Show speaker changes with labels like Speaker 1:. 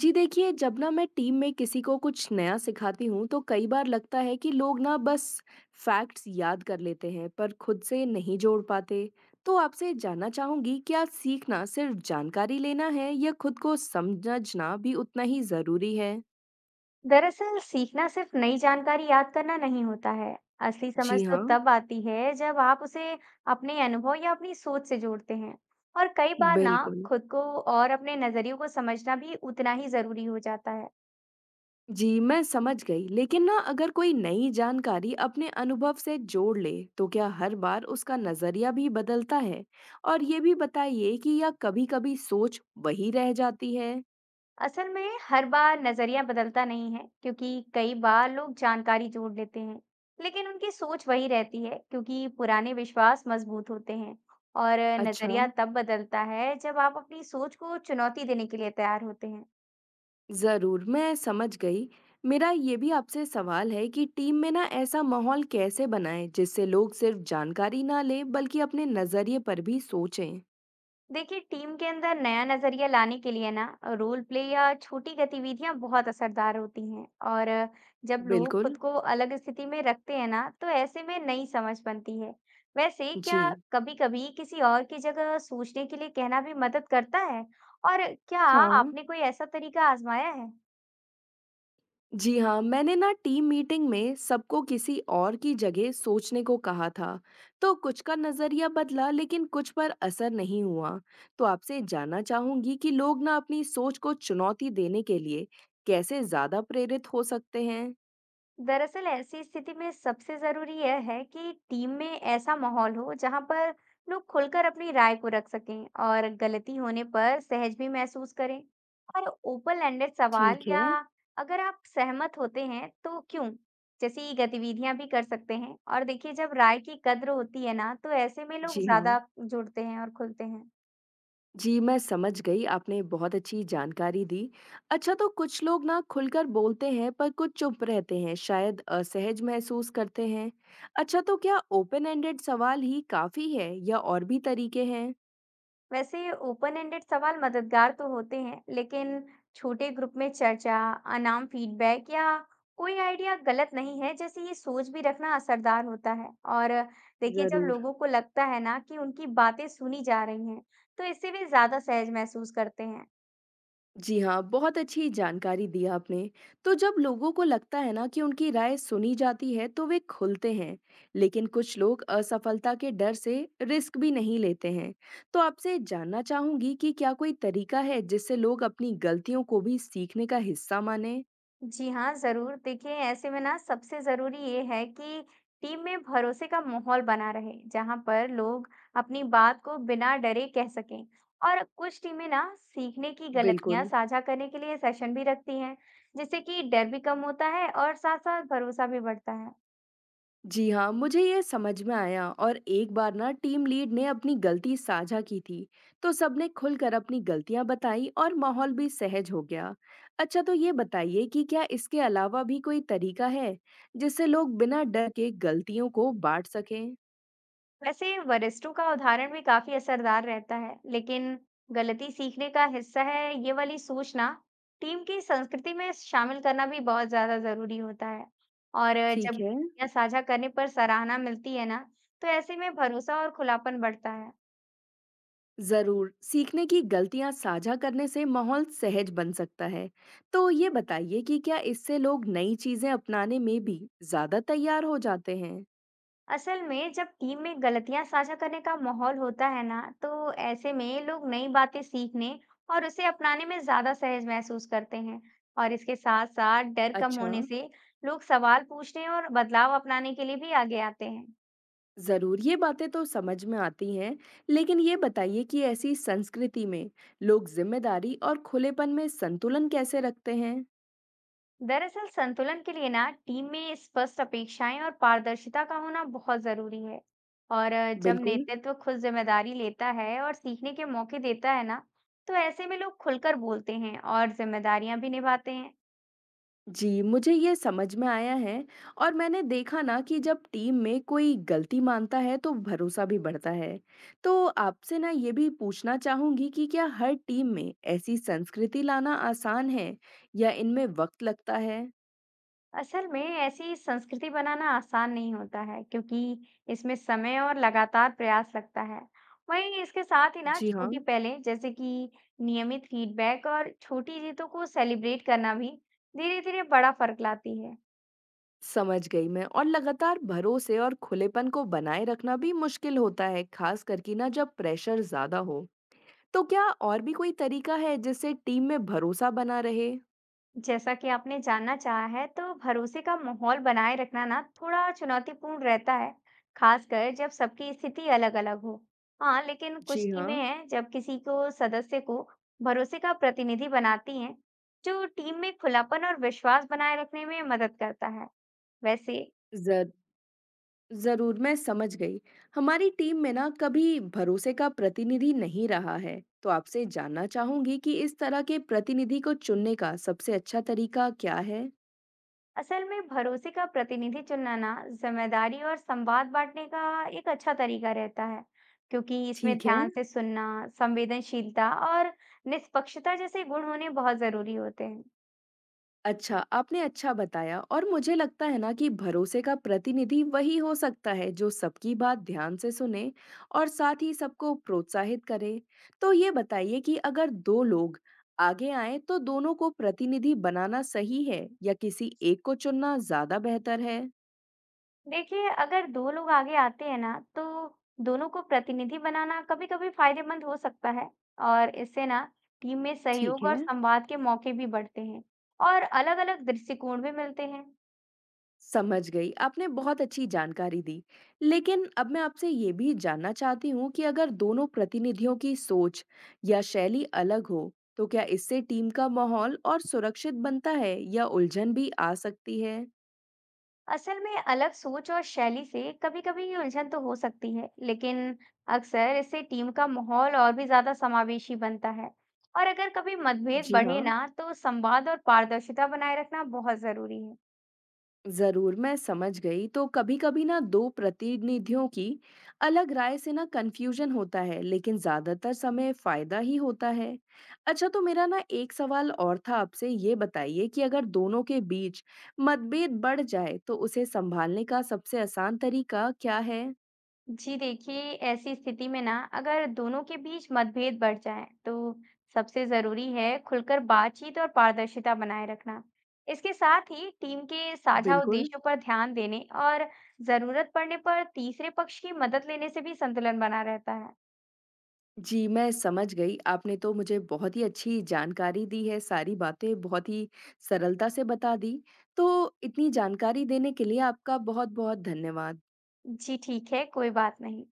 Speaker 1: जी देखिए, जब ना मैं टीम में किसी को कुछ नया सिखाती हूँ तो कई बार लगता है कि लोग ना बस फैक्ट्स याद कर लेते हैं पर खुद से नहीं जोड़ पाते। तो आपसे जानना चाहूंगी, क्या सीखना सिर्फ जानकारी लेना है या खुद को समझना भी उतना ही जरूरी है।
Speaker 2: दरअसल सीखना सिर्फ नई जानकारी याद करना नहीं होता है। असली समझ
Speaker 1: जी
Speaker 2: तो
Speaker 1: हाँ।
Speaker 2: तब आती है जब आप उसे अपने अनुभव या अपनी सोच से जोड़ते हैं। और कई बार ना
Speaker 1: बिल्कुल।
Speaker 2: खुद को और अपने नजरियों को समझना भी उतना ही जरूरी हो जाता है।
Speaker 1: जी, मैं समझ गई, लेकिन ना अगर कोई नई जानकारी अपने अनुभव से जोड़ ले, तो क्या हर बार उसका नज़रिया भी बदलता है? और ये भी बताइए कि या कभी-कभी सोच वही रह जाती है?
Speaker 2: असल में हर बार नजरिया बदलता नहीं है, क्योंकि कई बार लोग जानकारी जोड़ लेते हैं लेकिन उनकी सोच वही रहती है, क्योंकि पुराने विश्वास मजबूत होते हैं। और
Speaker 1: अच्छा,
Speaker 2: नजरिया तब बदलता है जब आप अपनी सोच को चुनौती देने के लिए तैयार होते हैं।
Speaker 1: ज़रूर, मैं समझ गई। मेरा ये भी आपसे सवाल है कि टीम में ना ऐसा माहौल कैसे बनाएं, जिससे लोग सिर्फ जानकारी ना लें, बल्कि अपने नज़रिए पर भी सोचें?
Speaker 2: देखिए, टीम के अंदर नया नजरिया लाने के लिए ना रोल प्ले या छोटी गतिविधियां बहुत असरदार होती हैं। और जब लोग
Speaker 1: बिल्कुल।
Speaker 2: खुद को अलग स्थिति में रखते हैं ना, तो ऐसे में नई समझ बनती है। वैसे क्या
Speaker 1: जी,
Speaker 2: कभी-कभी किसी और की जगह सोचने के लिए कहना भी मदद करता है? और क्या
Speaker 1: हाँ।
Speaker 2: आपने कोई ऐसा तरीका आजमाया है?
Speaker 1: जी हाँ, मैंने ना टीम मीटिंग में सबको किसी और की जगह सोचने को कहा था। तो कुछ का नजरिया बदला लेकिन कुछ पर असर नहीं हुआ। तो आपसे जानना चाहूंगी कि लोग ना अपनी सोच को चुनौती देने के लिए कैसे ज्यादा प्रेरित हो सकते हैं।
Speaker 2: दरअसल ऐसी स्थिति में सबसे जरूरी यह है कि टीम में ऐसा माहौल हो जहां पर लोग खुलकर अपनी राय को रख सकें और गलती होने पर सहज भी महसूस करें। और ओपन एंडेड सवाल
Speaker 1: ठीक
Speaker 2: या
Speaker 1: है।
Speaker 2: अगर आप सहमत होते हैं तो क्यों जैसी गतिविधियां भी कर सकते हैं। और देखिए, जब राय की कद्र होती है ना, तो ऐसे में लोग
Speaker 1: जी हाँ।
Speaker 2: ज्यादा जुड़ते हैं और खुलते हैं।
Speaker 1: जी, मैं समझ गई, आपने बहुत अच्छी जानकारी दी। अच्छा, तो कुछ लोग ना खुलकर बोलते हैं पर कुछ चुप रहते हैं, शायद असहज महसूस करते हैं। अच्छा, तो क्या ओपन एंडेड सवाल ही काफ़ी है या और भी तरीके हैं?
Speaker 2: वैसे ये ओपन एंडेड सवाल मददगार तो होते हैं, लेकिन छोटे ग्रुप में चर्चा, अनाम फीडबैक या कोई आइडिया गलत नहीं है, जैसे ये सोच भी रखना असरदार होता है। और देखिए, जब
Speaker 1: ज़रूर।
Speaker 2: लोगों को लगता है ना कि उनकी बातें सुनी जा रही हैं, तो इससे वे ज्यादा सहज महसूस करते हैं।
Speaker 1: जी हाँ, बहुत अच्छी जानकारी दी आपने। तो जब लोगों को लगता है ना कि उनकी राय सुनी जाती है तो वे खुलते हैं, लेकिन कुछ लोग असफलता के डर से रिस्क भी नहीं लेते हैं। तो आपसे जानना चाहूंगी कि क्या कोई तरीका है जिससे लोग अपनी गलतियों को भी सीखने का हिस्सा माने?
Speaker 2: जी हाँ, ज़रूर। देखिए, ऐसे में ना सबसे ज़रूरी ये है कि टीम में भरोसे का माहौल बना रहे, जहाँ पर लोग अपनी बात को बिना डरे कह सकें। और कुछ टीमें ना सीखने की गलतियाँ
Speaker 1: बिल्कुल।
Speaker 2: साझा करने के लिए सेशन भी रखती हैं, जिससे कि डर भी कम होता है और साथ-साथ भरोसा भी बढ़ता है।
Speaker 1: जी हाँ, मुझे ये समझ में आया। और एक बार ना टीम लीड ने अपनी गलती साझा की थी, तो सबने खुलकर अपनी गलतियां बताई और माहौल भी सहज हो गया। अच्छा, तो ये बताइए कि क्या इसके अलावा भी कोई तरीका है जिससे लोग बिना डर के गलतियों को बांट सकें।
Speaker 2: वैसे वरिष्ठों का उदाहरण भी काफी असरदार रहता है, लेकिन गलती सीखने का हिस्सा है, ये वाली सोचना टीम की संस्कृति में शामिल करना भी बहुत ज्यादा जरूरी होता है। और जब
Speaker 1: ठीक है।
Speaker 2: गलतियां साझा करने पर सराहना मिलती है ना, तो ऐसे में भरोसा और खुलापन बढ़ता है।
Speaker 1: जरूर, सीखने की गलतियां साझा करने से माहौल सहज बन सकता है। तो ये बताइए कि क्या इससे लोग नई चीजें अपनाने में भी ज्यादा तैयार हो जाते हैं।
Speaker 2: असल में जब टीम में गलतियां साझा करने का माहौल होता है ना, तो ऐसे में लोग नई बातें सीखने और उसे अपनाने में ज्यादा सहज महसूस करते हैं। और इसके साथ साथ डर कम
Speaker 1: अच्छा।
Speaker 2: होने से लोग सवाल पूछने और बदलाव अपनाने के लिए भी आगे आते हैं।
Speaker 1: जरूर, ये बातें तो समझ में आती हैं, लेकिन ये बताइए कि ऐसी संस्कृति में लोग जिम्मेदारी और खुलेपन में संतुलन कैसे रखते हैं।
Speaker 2: दरअसल संतुलन के लिए ना टीम में स्पष्ट अपेक्षाएं और पारदर्शिता का होना बहुत जरूरी है। और जब
Speaker 1: बिल्कुल।
Speaker 2: नेतृत्व खुद जिम्मेदारी लेता है और सीखने के मौके देता है ना, तो ऐसे में लोग खुलकर बोलते हैं और जिम्मेदारियां भी निभाते हैं।
Speaker 1: जी, मुझे ये समझ में आया है। और मैंने देखा ना कि जब टीम में कोई गलती मानता है तो भरोसा भी बढ़ता है। तो आपसे ना ये भी पूछना चाहूंगी कि क्या हर टीम में ऐसी संस्कृति लाना आसान है या इनमें वक्त लगता है।
Speaker 2: असल में ऐसी संस्कृति बनाना आसान नहीं होता है, क्योंकि इसमें समय और लगातार प्रयास लगता है। वहीं इसके साथ ही ना
Speaker 1: जी हाँ।
Speaker 2: छोटी पहलें जैसे कि नियमित फीडबैक और छोटी जीतों को सेलिब्रेट करना भी धीरे-धीरे बड़ा फर्क लाती है।
Speaker 1: समझ गई मैं, और लगातार भरोसे और खुलेपन को बनाए रखना भी मुश्किल होता है, खास करके ना जब प्रेशर ज्यादा हो। तो क्या और भी कोई तरीका है जिससे टीम में भरोसा बना रहे?
Speaker 2: जैसा कि आपने जानना चाहा है, तो भरोसे का माहौल बनाए रखना ना थोड़ा चुनौतीपूर्ण रहता है, खासकर जब सबकी स्थिति अलग-अलग हो। हाँ, लेकिन कुछ
Speaker 1: जी हाँ।
Speaker 2: टीमें हैं जब किसी को सदस्य को भरोसे का प्रतिनिधि बनाती हैं, जो टीम में खुलापन और विश्वास बनाए रखने में मदद करता है। वैसे
Speaker 1: जर जरूर, मैं समझ गई। हमारी टीम में ना कभी भरोसे का प्रतिनिधि नहीं रहा है, तो आपसे जानना चाहूंगी कि इस तरह के प्रतिनिधि को चुनने का सबसे अच्छा तरीका क्या है।
Speaker 2: असल में भरोसे का प्रतिनिधि चुनना ना जिम्मेदारी और संवाद बांटने का एक अच्छा तरीका रहता है, क्योंकि इसमें
Speaker 1: ठीक है।
Speaker 2: ध्यान से सुनना, संवेदनशीलता और निष्पक्षता जैसे गुण होने बहुत जरूरी होते हैं।
Speaker 1: अच्छा, आपने अच्छा बताया, और मुझे लगता है ना कि भरोसे का प्रतिनिधि वही हो सकता है जो सबकी बात ध्यान से सुने और साथ ही सबको प्रोत्साहित करे। तो ये बताइए कि अगर दो लोग आगे आए तो दोनों को प्रतिनिधि बनाना सही है या किसी एक को चुनना ज्यादा बेहतर है?
Speaker 2: देखिए, अगर दो लोग आगे आते हैं ना, तो दोनों को प्रतिनिधि बनाना कभी-कभी फायदेमंद हो सकता है और इससे ना टीम में
Speaker 1: ठीक
Speaker 2: सहयोग और
Speaker 1: है।
Speaker 2: संवाद के मौके भी बढ़ते हैं और अलग-अलग दृष्टिकोण भी मिलते हैं।
Speaker 1: समझ गई, आपने बहुत अच्छी जानकारी दी। लेकिन अब मैं आपसे ये भी जानना चाहती हूँ कि अगर दोनों प्रतिनिधियों की सोच या शैली अलग हो तो क्या इससे टीम का माहौल और सुरक्षित बनता है या उलझन भी आ सकती है।
Speaker 2: असल में अलग सोच और शैली से कभी-कभी ये उलझन तो हो सकती है, लेकिन अक्सर इससे टीम का माहौल और भी ज्यादा समावेशी बनता है। और अगर कभी मतभेद
Speaker 1: जी
Speaker 2: बढ़े
Speaker 1: हाँ।
Speaker 2: ना, तो संवाद और पारदर्शिता बनाए रखना बहुत जरूरी है।
Speaker 1: जरूर, मैं समझ गई। तो कभी कभी ना दो प्रतिनिधियों की अलग राय से ना कंफ्यूजन होता है, लेकिन ज्यादातर समय फायदा ही होता है। अच्छा, तो मेरा ना एक सवाल और था आपसे। ये बताइए कि अगर दोनों के बीच मतभेद बढ़ जाए तो उसे संभालने का सबसे आसान तरीका क्या है।
Speaker 2: जी देखिए, ऐसी स्थिति में ना अगर दोनों के बीच मतभेद बढ़ जाए तो सबसे जरूरी है खुलकर बातचीत और पारदर्शिता बनाए रखना। इसके साथ ही टीम के साझा
Speaker 1: बिल्कुल।
Speaker 2: उद्देश्यों पर ध्यान देने और जरूरत पड़ने पर तीसरे पक्ष की मदद लेने से भी संतुलन बना रहता है।
Speaker 1: जी, मैं समझ गई। आपने तो मुझे बहुत ही अच्छी जानकारी दी है, सारी बातें बहुत ही सरलता से बता दी। तो इतनी जानकारी देने के लिए आपका बहुत-बहुत धन्यवाद।
Speaker 2: जी ठीक है, कोई बात नहीं।